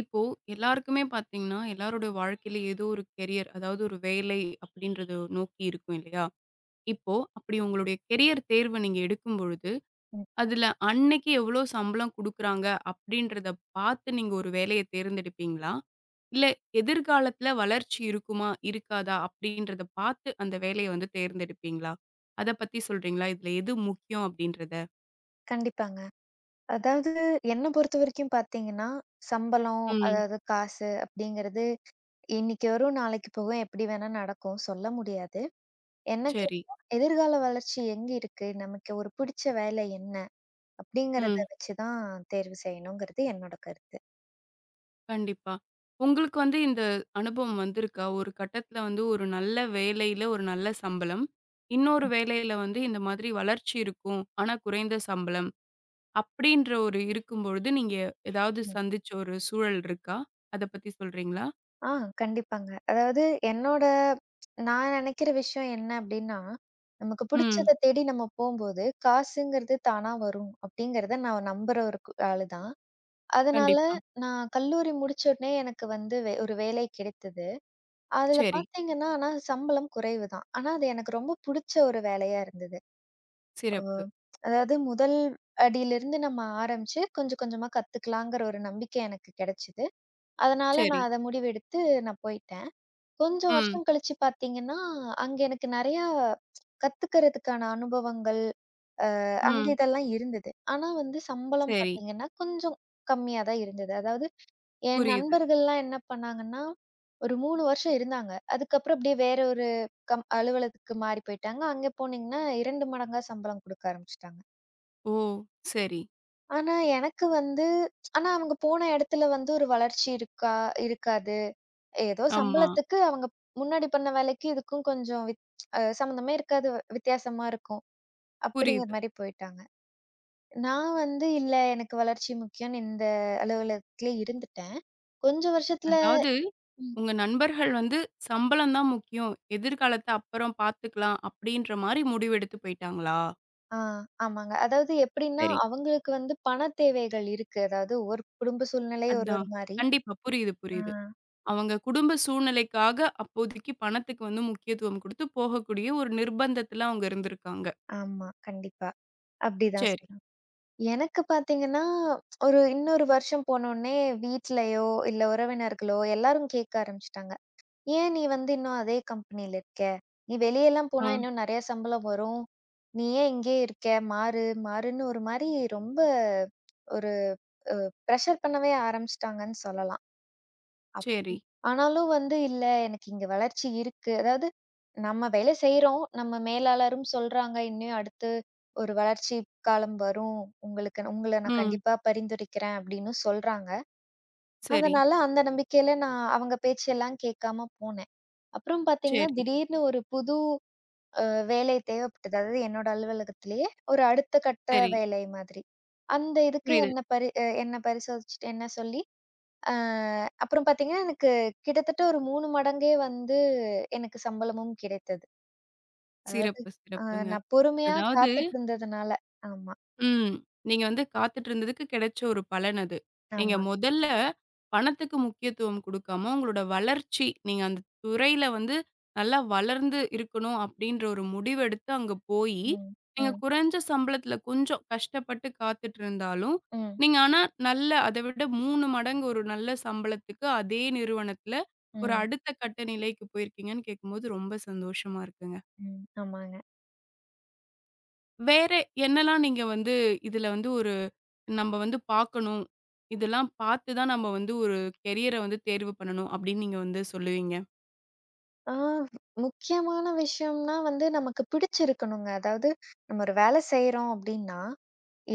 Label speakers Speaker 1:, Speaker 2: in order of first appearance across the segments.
Speaker 1: இப்போ எல்லாருக்குமே பார்த்தீங்கன்னா, எல்லாருடைய வாழ்க்கையில ஏதோ ஒரு கெரியர், அதாவது ஒரு வேலை அப்படின்றத நோக்கி இருக்கும் இல்லையா? இப்போ அப்படி உங்களுடைய கெரியர் தேர்வ நீங்க எடுக்கும் பொழுது,
Speaker 2: ம்.
Speaker 1: அதுல அன்னைக்கு எவ்வளோ சம்பளம் குடுக்குறாங்க அப்படின்றத பார்த்து நீங்க ஒரு வேலைய தேர்ந்தெடுப்பீங்களா? இல்ல எதிர்காலத்துல வளர்ச்சி இருக்குமா, இருக்காதா அப்படின்றத பார்த்து அந்த வேலைய வந்து தேர்ந்தெடுப்பீங்களா? அத பத்தி சொல்றீங்களா? இதுல எது முக்கியம் அப்படின்றத?
Speaker 2: கண்டிப்பாங்க. அதாவது என்ன பொறுத்தவரைக்கும் பார்த்தீங்கன்னா, சம்பளம்,
Speaker 1: ம்.
Speaker 2: அதாவது காசு அப்படிங்கிறது இன்னைக்கு வரும், நாளைக்கு போகும், எப்படி வேணா நடக்கும். சொல்ல முடியாது. என்ன
Speaker 1: சரி.
Speaker 2: கேட்டா, எதிர்கால வளர்ச்சி எங்க இருக்கு? நமக்கு ஒரு பிடிச்ச வேலை என்ன? அப்படிங்கிறத
Speaker 1: ம்.
Speaker 2: வச்சு தான் தேர்வு செய்யணுங்கிறது என்னோட கருத்து.
Speaker 1: கண்டிப்பா. உங்களுக்கு வந்து இந்த அனுபவம் வந்திருக்கா? ஒரு கட்டத்தில வந்து ஒரு நல்ல வேலையில ஒரு நல்ல சம்பளம். இன்னொரு வேலையில வந்து இந்த மாதிரி வளர்ச்சி இருக்கும். ஆனா குறைந்த சம்பளம். அப்படின்ற ஒரு இருக்கும்பொழுது நீங்க ஏதாவது சந்திச்ச ஒரு சூழல் இருக்கா? அத பத்தி சொல்றீங்களா?
Speaker 2: ஆ கண்டிப்பாங்க. அதாவது என்னோட நான் நெனைக்கிற விஷயம் என்ன அப்டின்னா, நமக்கு
Speaker 1: ம்.
Speaker 2: புடிச்சத தேடி நம்ம போம்போது, காசுங்கிறது தானா வரும் அப்படிங்கிறத நான் நம்புற ஒரு ஆளு தான். அதனால
Speaker 1: கண்டிப்பா.
Speaker 2: நான் கல்லூரி முடிச்ச உடனே எனக்கு வந்து ஒரு வேலை கிடைத்தது. அதுல
Speaker 1: சரி.
Speaker 2: பாத்தீங்கன்னா, ஆனா சம்பளம் குறைவு தான். ஆனா அது எனக்கு ரொம்ப புடிச்ச ஒரு வேலையா இருந்தது. அ
Speaker 1: சிறப்பு.
Speaker 2: அதாவது முதல் அடியிலிருந்து நம்ம ஆரம்பிச்சு கொஞ்சம் கொஞ்சமா கத்துக்கலாங்கிற ஒரு நம்பிக்கை எனக்கு கெடைச்சது. அதனால
Speaker 1: சரி.
Speaker 2: நான் அத முடிவெடுத்து நான் போயிட்டேன். கொஞ்சம்
Speaker 1: ம்.
Speaker 2: வருஷம் கழிச்சு பார்த்தீங்கன்னா, அங்க எனக்கு நெறையா கத்துக்கிறதுக்கான அனுபவங்கள், அந்த
Speaker 1: ம்.
Speaker 2: இதெல்லாம் இருந்தது. ஆனா வந்து சம்பளம்
Speaker 1: சரி.
Speaker 2: பார்த்தீங்கன்னா, கொஞ்சம் கம்மியா தான் இருந்தது. அதாவது என்
Speaker 1: புரியுது.
Speaker 2: நண்பர்கள்லாம் என்ன பண்ணாங்கன்னா, ஒரு 3 வருஷம் இருந்தாங்க. அதுக்கப்புறம் அப்படியே வேற ஒரு அலுவலகத்துக்கு மாறி போயிட்டாங்க. அங்க போனீங்கன்னா 2 மடங்கா சம்பளம் குடுக்க ஆரம்பிச்சுட்டாங்க.
Speaker 1: ஓ! சரி.
Speaker 2: ஆனா எனக்கு வந்து ஆனா அவங்க போன இடத்துல வந்து ஒரு வளர்ச்சி இருக்கா? இருக்காது. ஏதோ
Speaker 1: ஆமா.
Speaker 2: சம்பளத்துக்கு அவங்க முன்னாடி பண்ண வேலைக்கு, இதுக்கும் கொஞ்சம் வித் அ சம்மந்தமே இருக்காது. வித்தியாசமா இருக்கும். அப்படிங்கிற
Speaker 1: புரியுது.
Speaker 2: மாரி போயிட்டாங்க. நான் வந்து இல்ல எனக்கு வளர்ச்சி முக்கியம்ன்னு இந்த அலுவலகத்திலே இருந்துட்டேன். கொஞ்சம் வருஷத்துல
Speaker 1: அதாவது
Speaker 2: ம்.
Speaker 1: உங்க நண்பர்கள் வந்து சம்பளம் தான் முக்கியம். எதிர்காலத்த அப்புறம் பார்த்துக்கலாம் அப்படின்ற மாரி முடிவெடுத்து போயிட்டாங்களா?
Speaker 2: ஆ ஆமாங்க. அதாவது எப்படின்னா,
Speaker 1: சரி.
Speaker 2: அவங்களுக்கு வந்து பண தேவைகள் இருக்கு. அதாவது ஒரு குடும்ப சூழ்நிலை ஒரு ஒரு
Speaker 1: அதான்.
Speaker 2: மாரி.
Speaker 1: கண்டிப்பா. புரியுது,
Speaker 2: ஆ
Speaker 1: புரியுது. அவங்க குடும்ப சூழ்நிலைக்காக அப்போதைக்கு பணத்துக்கு வந்து முக்கியத்துவம் குடுத்து போகக்கூடிய ஒரு நிர்பந்தத்துல அவங்க இருந்திருக்காங்க.
Speaker 2: ஆமா. கண்டிப்பா. அப்படிதான்
Speaker 1: சரி.
Speaker 2: சொல்லணும். எனக்கு பார்த்தீங்கன்னா, இன்னொரு வருஷம் போனோனே வீட்லயோ, இல்ல உறவினர்களோ எல்லாரும் கேட்க ஆரம்பிச்சுட்டாங்க. "ஏன் நீ வந்து இன்னும் அதே கம்பெனில இருக்க? நீ வெளியலாம்
Speaker 1: ஆ.
Speaker 2: போனா இன்னும் நெறைய சம்பளம் வரும். நீ ஏன் இங்கேயே இருக்க? மாறு, மாறுன்னு" ஒரு மாரி ரொம்ப ஒரு அ பிரஷர் பண்ணவே ஆரம்பிச்சுட்டாங்கன்னு சொல்லலாம். அப்
Speaker 1: சரி.
Speaker 2: ஆனாலும் வந்து இல்ல எனக்கு இங்க வளர்ச்சி இருக்கு. அதாவது நம்ம வேலை செய்றோம். நம்ம மேலாளரும் சொல்றாங்க, "இன்னும் அடுத்து ஒரு வளர்ச்சி காலம் வரும். உங்கள நான்
Speaker 1: ம்.
Speaker 2: கண்டிப்பா பரிந்துரைக்கிறேன்" அப்படின்னு சொல்றாங்க.
Speaker 1: சரி,
Speaker 2: அதனால அந்த நம்பிக்கையில நான் அவங்க பேச்செல்லாம் கேட்காம போனேன். அப்புறம் பார்த்தீங்கன்னா,
Speaker 1: சரி,
Speaker 2: திடீர்னு ஒரு புது அ வேலை தேவைப்பட்டது. அதாவது என்னோட அலுவலகத்திலேயே ஒரு அடுத்த கட்ட
Speaker 1: சரி.
Speaker 2: வேலை மாதிரி. அந்த இதுக்கு
Speaker 1: புரியுது.
Speaker 2: என்ன பரிசோதிச்சுட்டு என்ன சொல்லி அ அப்புறம் பார்த்தீங்கன்னா, எனக்கு கிட்டத்தட்ட ஒரு 3 மடங்கே வந்து எனக்கு சம்பளமும் கிடைத்தது. அதாவது
Speaker 1: சிறப்பு,
Speaker 2: அ
Speaker 1: சிறப்புங்க.
Speaker 2: நான் பொறுமையா
Speaker 1: அதாவது
Speaker 2: காத்துட்டு இருந்ததுனால. ஆமா,
Speaker 1: ம். நீங்க வந்து காத்துட்டு இருந்ததுக்கு கிடைச்ச ஒரு பலன் அது. நீங்க
Speaker 2: ஆமா.
Speaker 1: முதல்ல பணத்துக்கு முக்கியத்துவம் குடுக்காம, உங்களோட வளர்ச்சி, நீங்க அந்த துறையில வந்து நல்லா வளர்ந்து இருக்கணும் அப்டின்ற ஒரு முடிவெடுத்து அங்க போயி,
Speaker 2: ம்,
Speaker 1: நீங்க
Speaker 2: ம்,
Speaker 1: குறைஞ்ச சம்பளத்துல கொஞ்சம் கஷ்டப்பட்டு காத்துட்டு இருந்தாலும்,
Speaker 2: ம்,
Speaker 1: நீங்க ஆனா நல்ல அத விட 3 மடங்கு ஒரு நல்ல சம்பளத்துக்கு அதே நிறுவனத்துல ஒரு
Speaker 2: ம்,
Speaker 1: அடுத்த கட்ட நிலைக்கு போயிருக்கீங்கன்னு கேட்கும்போது ரொம்ப சந்தோஷமா இருக்குங்க.
Speaker 2: ம். ஆமாங்க.
Speaker 1: வேற என்னலாம் நீங்க வந்து இதுல வந்து ஒரு நம்ம வந்து பார்க்கணும். இதெல்லாம் பார்த்து தான் நம்ம வந்து ஒரு கெரியர வந்து தேர்வு பண்ணணும் அப்படின்னு நீங்க வந்து சொல்லுவீங்க.
Speaker 2: ஆ முக்கியமான விஷயம்னா வந்து நமக்கு பிடிச்சிருக்கணுங்க. அதாவது நம்ம ஒரு வேலை செய்றோம் அப்டின்னா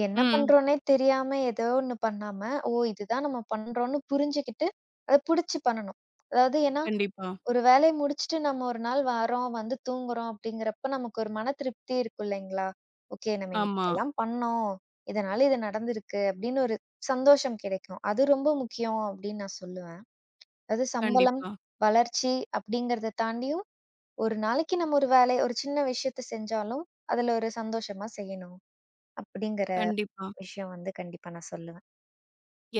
Speaker 2: என்ன
Speaker 1: ம்.
Speaker 2: பண்றோன்னே தெரியாம ஏதோ ஒண்ணு பண்ணாம, ஓ! இதுதான் நம்ம பண்றோம்ன்னு புரிஞ்சுகிட்டு, அத புடிச்சு பண்ணணும். அதாவது ஏன்னா,
Speaker 1: கண்டிப்பா.
Speaker 2: ஒரு வேலைய முடிச்சுட்டு நம்ம ஒரு நாள் வரோம், வந்து தூங்குறோம் அப்படிங்கிறப்ப நமக்கு ஒரு மன திருப்தி இருக்கும் இல்லைங்களா? ஓகே நம்ம இன்னைக்கு
Speaker 1: ஆமா.
Speaker 2: இதெல்லாம் பண்ணோம். இதனால இது நடந்திருக்கு அப்படின்னு ஒரு சந்தோஷம் கிடைக்கும். அது ரொம்ப முக்கியம் அப்படின்னு நான் சொல்லுவேன். அது சம்பளம்,
Speaker 1: கண்டிப்பா,
Speaker 2: வளர்ச்சி அப்படிங்கிறத தாண்டியும், ஒரு நாளைக்கு நம்ம ஒரு வேலை ஒரு சின்ன விஷயத்த செஞ்சாலும், அதுல ஒரு சந்தோஷமா செய்யணும் அப்படிங்கிற
Speaker 1: கண்டிப்பா.
Speaker 2: விஷயம் வந்து கண்டிப்பா நான் சொல்லுவேன்.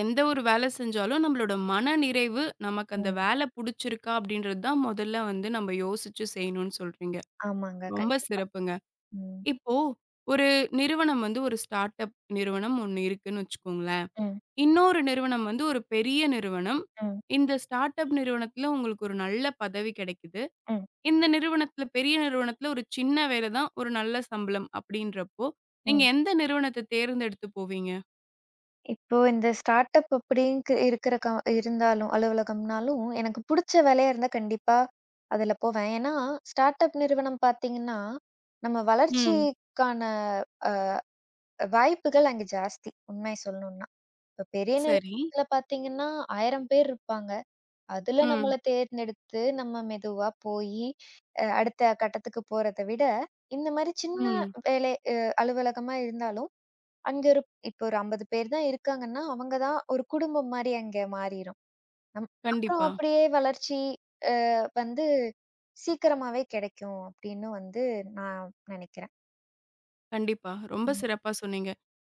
Speaker 1: எந்த ஒரு வேலை செஞ்சாலும் நம்மளோட மனநிறைவு, நமக்கு அந்த
Speaker 2: ம்.
Speaker 1: வேலை புடிச்சிருக்கா அப்படின்றது தான் முதல்ல வந்து நம்ம யோசிச்சு செய்யணும்னு சொல்றீங்க.
Speaker 2: ஆமாங்க.
Speaker 1: ரொம்ப
Speaker 2: கண்டிப்பா.
Speaker 1: சிறப்புங்க.
Speaker 2: ம்.
Speaker 1: இப்போ ஒரு நிறுவனம் வந்து ஒரு ஸ்டார்ட் அப் நிறுவனம் ஒண்ணு இருக்குன்னு வச்சுக்கோங்களேன்.
Speaker 2: ம்,
Speaker 1: இன்னொரு நிறுவனம் வந்து ஒரு பெரிய நிறுவனம்.
Speaker 2: ம்,
Speaker 1: இந்த ஸ்டார்ட் அப் நிறுவனத்தில உங்களுக்கு ஒரு நல்ல பதவி கிடைக்குது.
Speaker 2: ம்,
Speaker 1: இந்த நிறுவனத்தில பெரிய நிறுவனத்தில ஒரு சின்ன வேலை தான் ஒரு நல்ல சம்பளம் அப்படின்றப்போ, நீங்க
Speaker 2: ம்.
Speaker 1: எந்த நிறுவனத்த தேர்ந்தெடுத்து போவீங்க?
Speaker 2: இப்போ இந்த ஸ்டார்ட் அப் அப்படின்னு இருக்கிற இருந்தாலும் அலுவலகம்னாலும், எனக்கு புடிச்ச வேலையா இருந்தா கண்டிப்பா அதுல போவேன். ஏன்னா, ஸ்டார்ட் அப் நிறுவனம் பார்த்தீங்கன்னா, நம்ம
Speaker 1: ம்.
Speaker 2: வளர்ச்சிக்கான வாய்ப்புகள் அங்க ஜாஸ்தி, உண்மைய சொல்லணும்னா. இப்ப பெரிய
Speaker 1: சரி.
Speaker 2: நிறுவனத்துல பார்த்தீங்கன்னா 1000 பேர் இருப்பாங்க. அதுல
Speaker 1: ம்.
Speaker 2: நம்மள தேர்ந்தெடுத்து, நம்ம மெதுவா போயி, அடுத்த கட்டத்துக்கு போறத விட, இந்த மாரி சின்ன
Speaker 1: ம்.
Speaker 2: வேலை அலுவலகமா இருந்தாலும், அங்க ஒரு இப்போ ஒரு 50 பேர் தான் இருக்காங்கன்னா, அவங்க தான் ஒரு குடும்பம் மாரி அங்க மாறிரும். நம் அப்புறம்
Speaker 1: கண்டிப்பா,
Speaker 2: அப்படியே வளர்ச்சி அ வந்து சீக்கிரமாவே கிடைக்கும் அப்படின்னு வந்து நான் நெனைக்கிறேன்.
Speaker 1: கண்டிப்பா. ரொம்ப
Speaker 2: ம்.
Speaker 1: சிறப்பா சொன்னீங்க.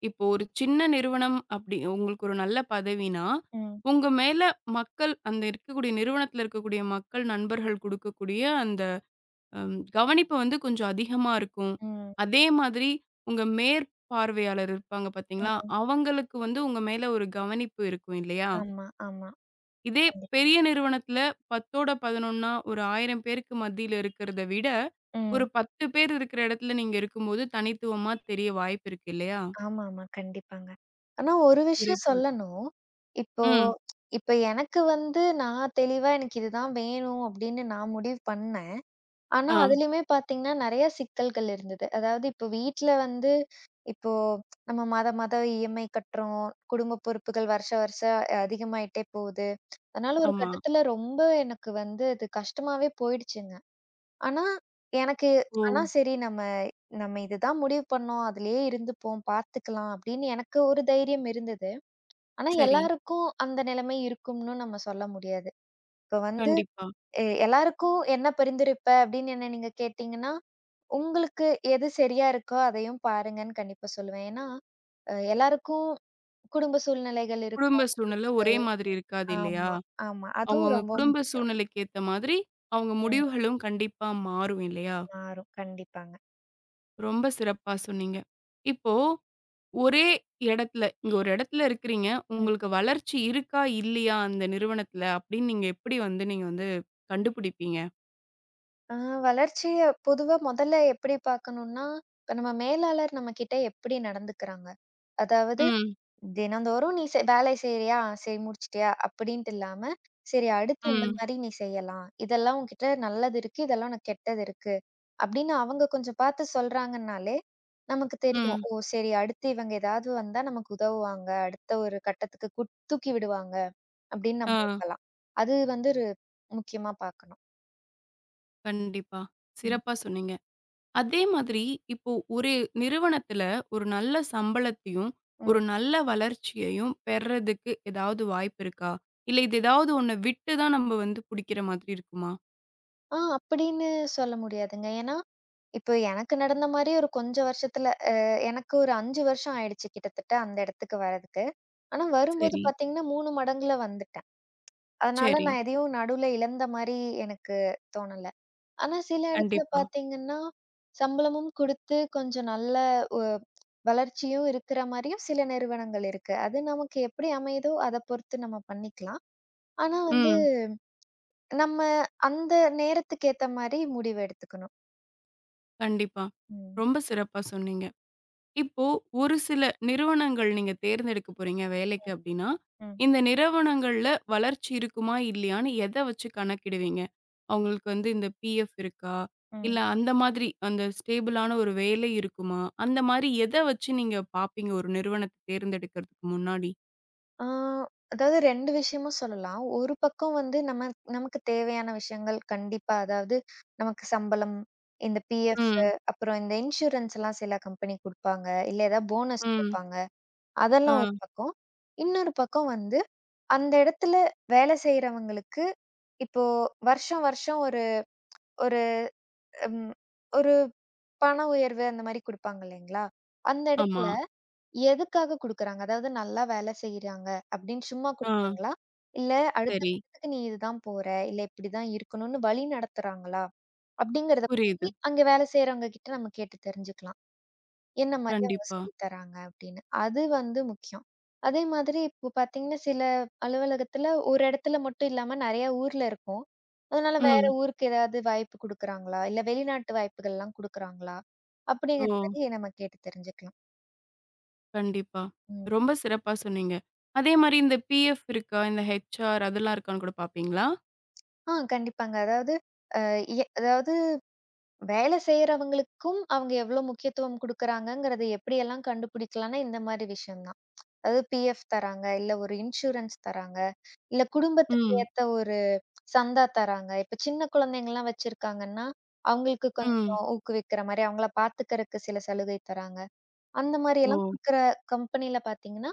Speaker 1: இப்போ ஒரு சின்ன நிறுவனம் அப்படி உங்களுக்கு ஒரு நல்ல பதவினா,
Speaker 2: ம்.
Speaker 1: உங்க மேல மக்கள் அந்த இருக்கக்கூடிய நிறுவனத்தில இருக்கக்கூடிய மக்கள், நண்பர்கள் குடுக்கக்கூடிய அந்த கவனிப்பு வந்து கொஞ்சம் அதிகமா இருக்கும்.
Speaker 2: ம்.
Speaker 1: அதே மாதிரி உங்க மேற்பார்வையாளர் இருப்பாங்க பார்த்தீங்களா?
Speaker 2: ம்.
Speaker 1: அவங்களுக்கு வந்து உங்க மேல ஒரு கவனிப்பு இருக்கும் இல்லையா?
Speaker 2: ஆமா, ஆமா.
Speaker 1: இதே
Speaker 2: கண்டிப்பா.
Speaker 1: பெரிய நிறுவனத்தில 10ஓட 11னா ஒரு 1000 பேருக்கு மத்தியில இருக்கிறத விட,
Speaker 2: ம்.
Speaker 1: ஒரு 10 பேர் இருக்கிற இடத்துல நீங்க இருக்கும்போது தனித்துவமா தெரிய வாய்ப்பு இருக்கு இல்லையா?
Speaker 2: ஆமாமா. கண்டிப்பாங்க. ஆனா ஒரு விஷயம்
Speaker 1: சிறப்பு.
Speaker 2: சொல்லணும். இப்போ
Speaker 1: ம்.
Speaker 2: ம். இப்ப எனக்கு வந்து நான் தெளிவா எனக்கு இதுதான் வேணும் அப்படின்னு நான் முடிவு பண்ணேன். ஆனா
Speaker 1: ஆ.
Speaker 2: அதுலயுமே பார்த்தீங்கன்னா நெறைய சிக்கல்கள் இருந்தது. அதாவது இப்போ வீட்ல வந்து இப்போ நம்ம மாதம் மாதம் இஎம்ஐ கட்டுறோம். குடும்ப பொறுப்புகள் வருஷம் வருஷம் அதிகமாயிட்டே போகுது. அதனால ஒரு
Speaker 1: ஆமா.
Speaker 2: கட்டத்துல ரொம்ப எனக்கு வந்து அது கஷ்டமாவே போயிடுச்சுங்க. ஆனா, எனக்கு
Speaker 1: ஓ!
Speaker 2: ஆனா சரி நம்ம நம்ம இதுதான் முடிவு பண்ணோம். அதிலேயே இருந்துப்போம், பார்த்துக்கலாம் அப்படின்னு எனக்கு ஒரு தைரியம் இருந்தது. ஆனா,
Speaker 1: சரி.
Speaker 2: எல்லாருக்கும் அந்த நிலைமை இருக்கும்னு நம்ம சொல்ல முடியாது. இப்ப வந்து
Speaker 1: கண்டிப்பா.
Speaker 2: எல்லாருக்கும் என்ன பரிந்துரைப்ப அப்படின்னு என்ன நீங்க கேட்டீங்கன்னா, உங்களுக்கு எது சரியா இருக்கோ அதையும் பாருங்கன்னு கண்டிப்பா சொல்லுவேன். ஏன்னா, எல்லாருக்கும் குடும்ப சூழ்நிலைகள்
Speaker 1: குடும்ப
Speaker 2: இருக்கும்.
Speaker 1: சூழ்நிலை ஒரே மாதிரி இருக்காது இல்லையா?
Speaker 2: ஆமா, ஆமா. அதுவும்
Speaker 1: அவங்கவங்க
Speaker 2: ரொம்ப
Speaker 1: குடும்ப
Speaker 2: முக்கியம்.
Speaker 1: சூழ்நிலைக்கு ஏத்த மாதிரி, அவங்க
Speaker 2: ம்.
Speaker 1: முடிவுகளும் கண்டிப்பா மாறும் இல்லையா?
Speaker 2: மாறும். கண்டிப்பாங்க.
Speaker 1: ரொம்ப சிறப்பா சொன்னீங்க. இப்போ ஒரே இடத்துல இங்க ஒரு இடத்துல இருக்கிறீங்க. உங்களுக்கு வளர்ச்சி இருக்கா? இல்லையா? அந்த நிறுவனத்துல அப்படின்னு நீங்க எப்படி வந்து நீங்க வந்து கண்டுபிடிப்பீங்க?
Speaker 2: ஆ வளர்ச்சிய பொதுவா மொதல்ல எப்படி பார்க்கணும்னா, இப்ப நம்ம மேலாளர் நம்மகிட்ட எப்படி நடந்துக்கிறாங்க? அதாவது
Speaker 1: ம்,
Speaker 2: தினந்தோறும் நீ வேலை செய்றியா? சரி முடிச்சுட்டியா? அப்படின்ட்டு இல்லாம, சரி அடுத்து இந்த
Speaker 1: ம்,
Speaker 2: மாரி நீ செய்யலாம். இதெல்லாம் உன்கிட்ட நல்லது இருக்கு. இதெல்லாம் உனக்கு கெட்டது இருக்கு. அப்படின்னு அவங்க கொஞ்சம் பார்த்து சொல்றாங்கன்னாலே, நமக்கு தெரியும்.
Speaker 1: ம்.
Speaker 2: ஓ! சரி அடுத்து இவங்க ஏதாவது வந்தா நமக்கு உதவுவாங்க. அடுத்த ஒரு கட்டத்துக்கு கூட் தூக்கி விடுவாங்க அப்படின்னு
Speaker 1: ஆ,
Speaker 2: நம்ம நம்பலாம். அது வந்து ஒரு முக்கியமா பார்க்கணும்.
Speaker 1: கண்டிப்பா.
Speaker 2: ம்.
Speaker 1: சிறப்பா சொன்னீங்க. அதே மாதிரி இப்போ ஒரு நிறுவனத்துல ஒரு நல்ல சம்பளத்தையும், ஒரு
Speaker 2: ம்.
Speaker 1: நல்ல வளர்ச்சியையும் பெர்றதுக்கு ஏதாவது வாய்ப்பு இருக்கா? இல்ல இது ஏதாவது ஒண்ண விட்டு தான் நம்ம வந்து புடிக்கிற மாதிரி இருக்குமா?
Speaker 2: அப்படின்னு சொல்ல முடியாதுங்க. ஏன்னா, இப்போ எனக்கு நடந்த மாரி ஒரு கொஞ்சம் வருஷத்துல எனக்கு ஒரு 5 வருஷம் ஆயிடுச்சு கிட்டத்தட்ட அந்த இடத்துக்கு வரதுக்கு. ஆனா வரும்போது
Speaker 1: சரி,
Speaker 2: பார்த்தீங்கன்னா, 3 மடங்குல வந்துட்டேன். அதனால
Speaker 1: சரி.
Speaker 2: நான் எதையும் நடுவுல இழந்த மாரி எனக்கு தோணல. ஆனா சில இடத்துல
Speaker 1: கண்டிப்பா.
Speaker 2: பார்த்தீங்கன்னா, சம்பளமும் குடுத்து கொஞ்சம் நல்ல ஒ வளர்ச்சியும் இருக்கிற மாரியும் சில நிறுவனங்கள் இருக்கு. அது நமக்கு எப்படி அமையுதோ அத பொறுத்து நம்ம பண்ணிக்கலாம். ஆனா வந்து
Speaker 1: ம்.
Speaker 2: நம்ம அந்த நேரத்துக்கு ஏத்த மாரி முடிவு எடுத்துக்கணும்.
Speaker 1: கண்டிப்பா.
Speaker 2: ம்.
Speaker 1: ரொம்ப சிறப்பா சொன்னீங்க. இப்போ ஒரு சில நிறுவனங்கள் நீங்க தேர்ந்தெடுக்க போறீங்க வேலைக்கு அப்படின்னா,
Speaker 2: ம்.
Speaker 1: இந்த நிறுவனங்கள்ல வளர்ச்சி இருக்குமா? இல்லையான்னு எத வச்சு கணக்கிடுவீங்க? அவங்களுக்கு வந்து இந்த பிஎஃப் இருக்கா?
Speaker 2: ம்.
Speaker 1: இல்ல அந்த மாதிரி அந்த ஸ்டேபிளான ஒரு வேலை இருக்குமா? அந்த மாரி எத வச்சு நீங்க பார்ப்பீங்க ஒரு நிறுவனத்த தேர்ந்தெடுக்கிறதுக்கு முன்னாடி?
Speaker 2: ஆ அதாவது 2 விஷயமும் சொல்லலாம். ஒரு பக்கம் வந்து நம்ம நமக்கு தேவையான விஷயங்கள் கண்டிப்பா அதாவது நமக்கு சம்பளம், இந்த பிஎஃப்
Speaker 1: ம்,
Speaker 2: அப்புறம் இந்த இன்சூரன்ஸ்லாம் சில கம்பெனி குடுப்பாங்க. இல்ல ஏதாவது போனஸ்
Speaker 1: ம்.
Speaker 2: குடுப்பாங்க.
Speaker 1: ஆ,
Speaker 2: அதெல்லாம் ஒரு பக்கம். இன்னொரு பக்கம் வந்து அந்த இடத்துல வேலை செய்றவங்களுக்கு இப்போ வருஷம், வருஷம் ஒரு ஒரு ம் ஒரு பண உயர்வு அந்த மாரி குடுப்பாங்க இல்லைங்களா? அந்த
Speaker 1: ஆமா.
Speaker 2: இடத்துல எதுக்காக குடுக்குறாங்க? அதாவது நல்லா வேலை செய்றாங்க அப்படின்னு சும்மா
Speaker 1: ஆ,
Speaker 2: குடுப்பாங்களா? இல்ல அடுத்த
Speaker 1: சரி.
Speaker 2: கட்டத்துக்கு நீ இதுதான் போற, இல்ல இப்படிதான் இருக்கணும்னு வழி நடத்துறாங்களா? அப்படிங்கிறத
Speaker 1: புரியுது.
Speaker 2: பத்தி அங்க வேலை செய்றவங்க கிட்ட நம்ம கேட்டு தெரிஞ்சுக்கலாம். என்ன மாரி அவங்க
Speaker 1: கண்டிப்பா.
Speaker 2: சொல்லி தராங்க அப்படின்னு. அது வந்து முக்கியம். அதே மாதிரி இப்போ பார்த்தீங்கன்னா, சில அலுவலகத்துல ஒரு இடத்துல மட்டும் இல்லாம நெறைய ஊர்ல இருக்கும். அதனால வேற
Speaker 1: ம்.
Speaker 2: ஊருக்கு ஏதாவது வாய்ப்பு குடுக்குறாங்களா? இல்ல வெளிநாட்டு வாய்ப்புகள்லாம் குடுக்குறாங்களா?
Speaker 1: ஓ!
Speaker 2: அப்படிங்கிற மாரி நம்ம கேட்டு தெரிஞ்சுக்கலாம்.
Speaker 1: கண்டிப்பா.
Speaker 2: ம்.
Speaker 1: ரொம்ப சிறப்பா சொன்னீங்க. அதே மாரி இந்த பிஎஃப் இருக்கா? இந்த ஹெச்ஆர் அதெல்லாம் இருக்கான்னு கூட பார்ப்பீங்களா?
Speaker 2: கண்டிப்பாங்க. அதாவது அ எ அதாவது வேலை செய்றவங்களுக்கும் அவங்க எவ்ளோ முக்கியத்துவம் குடுக்குறாங்கங்கிறத எப்படியெல்லாம் கண்டுபிடிக்கலாம்னா, இந்த மாரி விஷயம் தான். அதாவது பிஎஃப் தராங்க, இல்ல ஒரு இன்சூரன்ஸ் தராங்க, இல்ல குடும்பத்துக்கு
Speaker 1: ம்,
Speaker 2: ஏத்த ஒரு சந்தா தராங்க. இப்ப சின்ன குழந்தைங்கலாம் வச்சிருக்காங்கன்னா, அவங்களுக்கு
Speaker 1: ம்.
Speaker 2: கொஞ்சம் ஊக்குவிக்கிற மாரி, அவங்கள பார்த்துக்கறக்கு சில சலுகை தராங்க. அந்த
Speaker 1: ஓ!
Speaker 2: மாரியெல்லாம் குடுக்குற கம்பெனில பார்த்தீங்கன்னா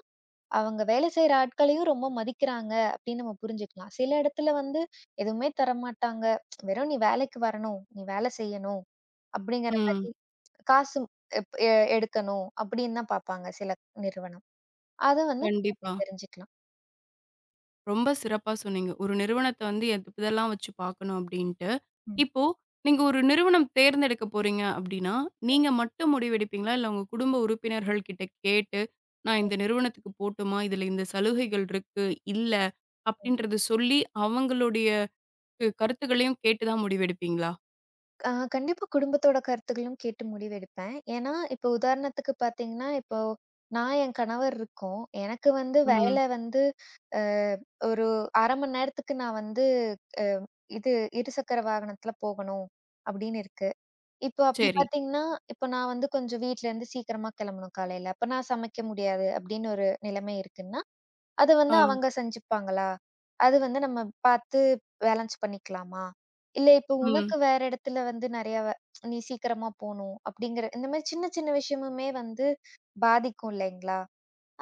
Speaker 2: அவங்க வேலை செய்ற ஆட்களையும் ரொம்ப மதிக்கிறாங்க அப்படின்னு நம்ம புரிஞ்சுக்கலாம். சில இடத்துல வந்து எதுவுமே தரமாட்டாங்க. வெறும் நீ வேலைக்கு வரணும், நீ வேலை செய்யணும் அப்படிங்கிற
Speaker 1: ம்.
Speaker 2: மாரி காசு எப் எ எடுக்கணும் அப்படின்னு தான் பார்ப்பாங்க சில நிறுவனம். அத வந்து நம்ம இப்டி
Speaker 1: கண்டிப்பா.
Speaker 2: தெரிஞ்சுக்கலாம்.
Speaker 1: ரொம்ப சிறப்பா சொன்னீங்க. ஒரு நிறுவனத்த வந்து இதெல்லாம் வச்சு பார்க்கணும் அப்டின்ட்டு. இப்போ நீங்க ஒரு நிறுவனம் தேர்ந்தெடுக்க போறீங்க அப்டின்னா, நீங்க மட்டும் முடிவெடுப்பீங்களா? இல்ல உங்க குடும்ப உறுப்பினர்கள் கிட்ட கேட்டு, நான் இந்த நிறுவனத்துக்கு போட்டுமா? இதுல இந்த சலுகைகள் இருக்கு, இல்ல அப்டின்றத சொல்லி அவங்களுடைய கருத்துக்களையும் கேட்டு தான் முடிவெடுப்பீங்களா?
Speaker 2: கண்டிப்பா குடும்பத்தோட கருத்துக்களும் கேட்டு முடிவெடுப்பேன். ஏன்னா, இப்போ உதாரணத்துக்கு பார்த்தீங்கன்னா, இப்போ நான் என் கணவர் இருக்கோம். எனக்கு வந்து
Speaker 1: ம்.
Speaker 2: வேலை வந்து அ ஒரு ½ மணி நேரத்துக்கு நான் வந்து அ இது இருசக்கர வாகனத்துல போகணும் அப்படின்னு இருக்கு. இப்போ அப்படி
Speaker 1: சரி.
Speaker 2: பார்த்தீங்கன்னா, இப்போ நான் வந்து கொஞ்சம் வீட்லருந்து சீக்கிரமா கிளம்பணும் காலையில. அப்ப நான் சமைக்க முடியாது அப்படின்னு ஒரு நிலைமை இருக்குன்னா, அது வந்து
Speaker 1: ஆ.
Speaker 2: அவங்க செஞ்சுப்பாங்களா? அது வந்து நம்ம பார்த்து பேலன்ஸ் பண்ணிக்கலாமா? இல்ல இப்போ
Speaker 1: ம்.
Speaker 2: உனக்கு வேற இடத்துல வந்து நெறையா நீ சீக்கிரமா போணும் அப்படிங்கிற இந்த மாரி சின்ன சின்ன விஷயமுமே வந்து பாதிக்கும் இல்லைங்களா?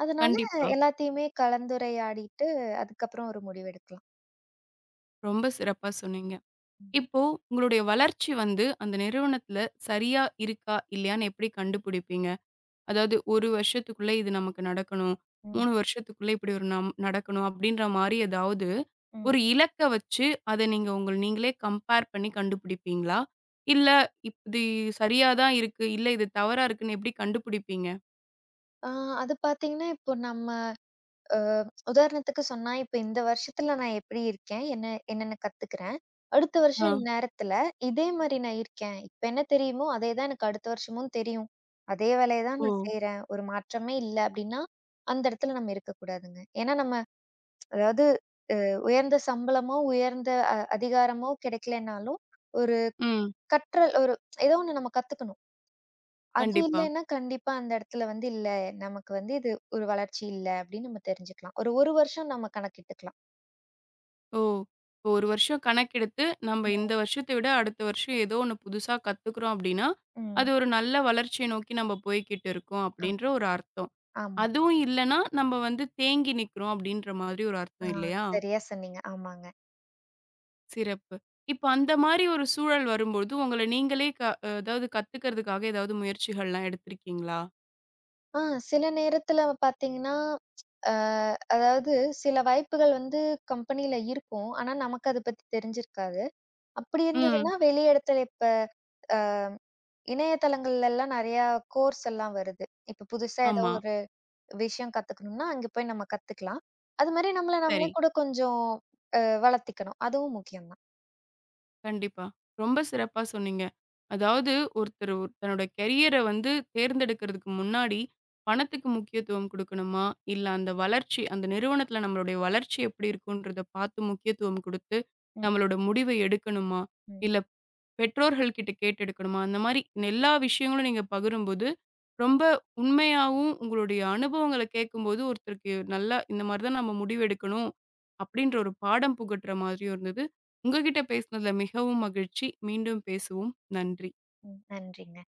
Speaker 2: அதனால
Speaker 1: கண்டிப்பா.
Speaker 2: எல்லாத்தையுமே கலந்துரையாடிட்டு அதுக்கப்புறம் ஒரு முடிவெடுக்கலாம்.
Speaker 1: ரொம்ப சிறப்பா சொன்னீங்க.
Speaker 2: ம்,
Speaker 1: இப்போ உங்களுடைய வளர்ச்சி வந்து அந்த நிறுவனத்துல சரியா இருக்கா, இல்லையான்னு எப்படி கண்டுபிடிப்பீங்க? அதாவது 1 வருஷத்துக்குள்ள இது நமக்கு நடக்கணும்.
Speaker 2: ம்,
Speaker 1: 3 வருஷத்துக்குள்ள இப்படி ஒரு நடக்கணும் அப்படின்ற மாரி ஏதாவது
Speaker 2: ம்.
Speaker 1: ஒரு இலக்க வச்சு அத நீங்க உங்கள் நீங்களே கம்பேர் பண்ணி கண்டுபிடிப்பீங்களா? இல்ல இது சரியா தான் இருக்கு. இல்ல இது தவறா இருக்குன்னு எப்படி கண்டுபிடிப்பீங்க?
Speaker 2: ஆ அது பார்த்தீங்கன்னா, இப்போ நம்ம அ உதாரணத்துக்கு சொன்னா, இப்ப இந்த வருஷத்துல நான் எப்படி இருக்கேன்? என்னென்ன கத்துக்கிறேன்? அடுத்த
Speaker 1: ஆ.
Speaker 2: வருஷம் இந்நேரத்துல இதே மாரி நான் இருக்கேன். இப்ப என்ன தெரியுமோ, அதே தான் எனக்கு அடுத்த வருஷமும் தெரியும். அதே வேலைய தான்
Speaker 1: ஓ!
Speaker 2: நான் செய்றேன். ஒரு மாற்றமே இல்ல அப்படின்னா, அந்த இடத்துல நம்ம இருக்கக்கூடாதுங்க. ஏன்னா நம்ம அதாவது உயர்ந்த சம்பளமோ, உயர்ந்த அதிகாரமோ கிடைக்கலைன்னாலும், ஒரு
Speaker 1: ம்.
Speaker 2: கற்றல் ஒரு ஏதோ ஒண்ணு நம்ம கத்துக்கணும். அது
Speaker 1: கண்டிப்பா.
Speaker 2: இல்லைன்னா கண்டிப்பா அந்த இடத்துல வந்து இல்ல, நமக்கு வந்து இது ஒரு வளர்ச்சி இல்ல அப்படின்னு நம்ம தெரிஞ்சுக்கலாம். ஒரு 1 வருஷம் நம்ம கணக்கிட்டுக்கலாம்.
Speaker 1: ஓ! இப்போ 1 வருஷம் கணக்கெடுத்து, நம்ம இந்த வருஷத்த விட அடுத்த வருஷம் ஏதோ ஒண்ணு புதுசா கத்துக்குறோம் அப்படின்னா,
Speaker 2: ம்.
Speaker 1: அது ஒரு நல்ல வளர்ச்சிய நோக்கி நம்ம போய்க்கிட்டு இருக்கோம் அப்படின்ற
Speaker 2: ஆமா,
Speaker 1: ஒரு அர்த்தம்.
Speaker 2: ஆமா.
Speaker 1: அதுவும் இல்லன்னா, நம்ம வந்து தேங்கி நிக்கிறோம் அப்படின்ற மாதிரி ஒரு
Speaker 2: ஆ
Speaker 1: அர்த்தம் இல்லையா?
Speaker 2: சரியா சொன்னீங்க. ஆமாங்க.
Speaker 1: சிறப்பு. இப்போ அந்த மாரி ஒரு சூழல் வரும்போது, உங்கள நீங்களே அதாவது கத்துக்கிறதுக்காக ஏதாவது முயற்சிகள்லாம் எடுத்திருக்கீங்களா?
Speaker 2: ஆ சில நேரத்துல பாத்தீங்கன்னா, அ அதாவது சில வாய்ப்புகள் வந்து கம்பெனில இருக்கும். ஆனா, நமக்கு அத பத்தி தெரிஞ்சிருக்காது. அப்படி
Speaker 1: ம்.
Speaker 2: இருந்ததுன்னா, வெளி இடத்துல இப்ப இணையதளங்கள்லலாம் நெறையா கோர்ஸ் எல்லாம் வருது. இப்ப புதுசா ஏதோ
Speaker 1: ஆமா.
Speaker 2: ஒரு விஷயம் கத்துக்கணும்னா, அங்க போய் நம்ம கத்துக்கலாம். அது மாரி நம்மள
Speaker 1: சரி.
Speaker 2: நம்மளே கூட கொஞ்சம் வளர்த்திக்கணும். அதுவும் முக்கியம் தான்.
Speaker 1: கண்டிப்பா. ரொம்ப சிறப்பா சொன்னீங்க. அதாவது ஒருத்தர் ஒரு தன்னோட கரியர வந்து தேர்ந்தெடுக்கிறதுக்கு முன்னாடி, பணத்துக்கு முக்கியத்துவம் குடுக்கணுமா? இல்ல அந்த வளர்ச்சி அந்த நிறுவனத்தில நம்மளுடைய வளர்ச்சி எப்படி இருக்குன்றத பார்த்து முக்கியத்துவம் குடுத்து,
Speaker 2: ம்,
Speaker 1: நம்மளோட முடிவ எடுக்கணுமா?
Speaker 2: ம்,
Speaker 1: இல்ல பெற்றோர்கள் கிட்ட கேட்டு எடுக்கணுமா? அந்த மாரி எல்லா விஷயங்களும் நீங்க பகிரும்போது, ரொம்ப உண்மையாவும் உங்களுடைய அனுபவங்கள கேட்கும்போது, ஒருத்தருக்கு நல்லா இந்த மாரி தான் நம்ம முடிவெடுக்கணும், அப்படின்ற ஒரு பாடம் புகட்டுற மாதிரியும் இருந்தது. உங்ககிட்ட பேசினதுல மிகவும் மகிழ்ச்சி. மீண்டும் பேசுவோம். நன்றி.
Speaker 2: ம். நன்றிங்க.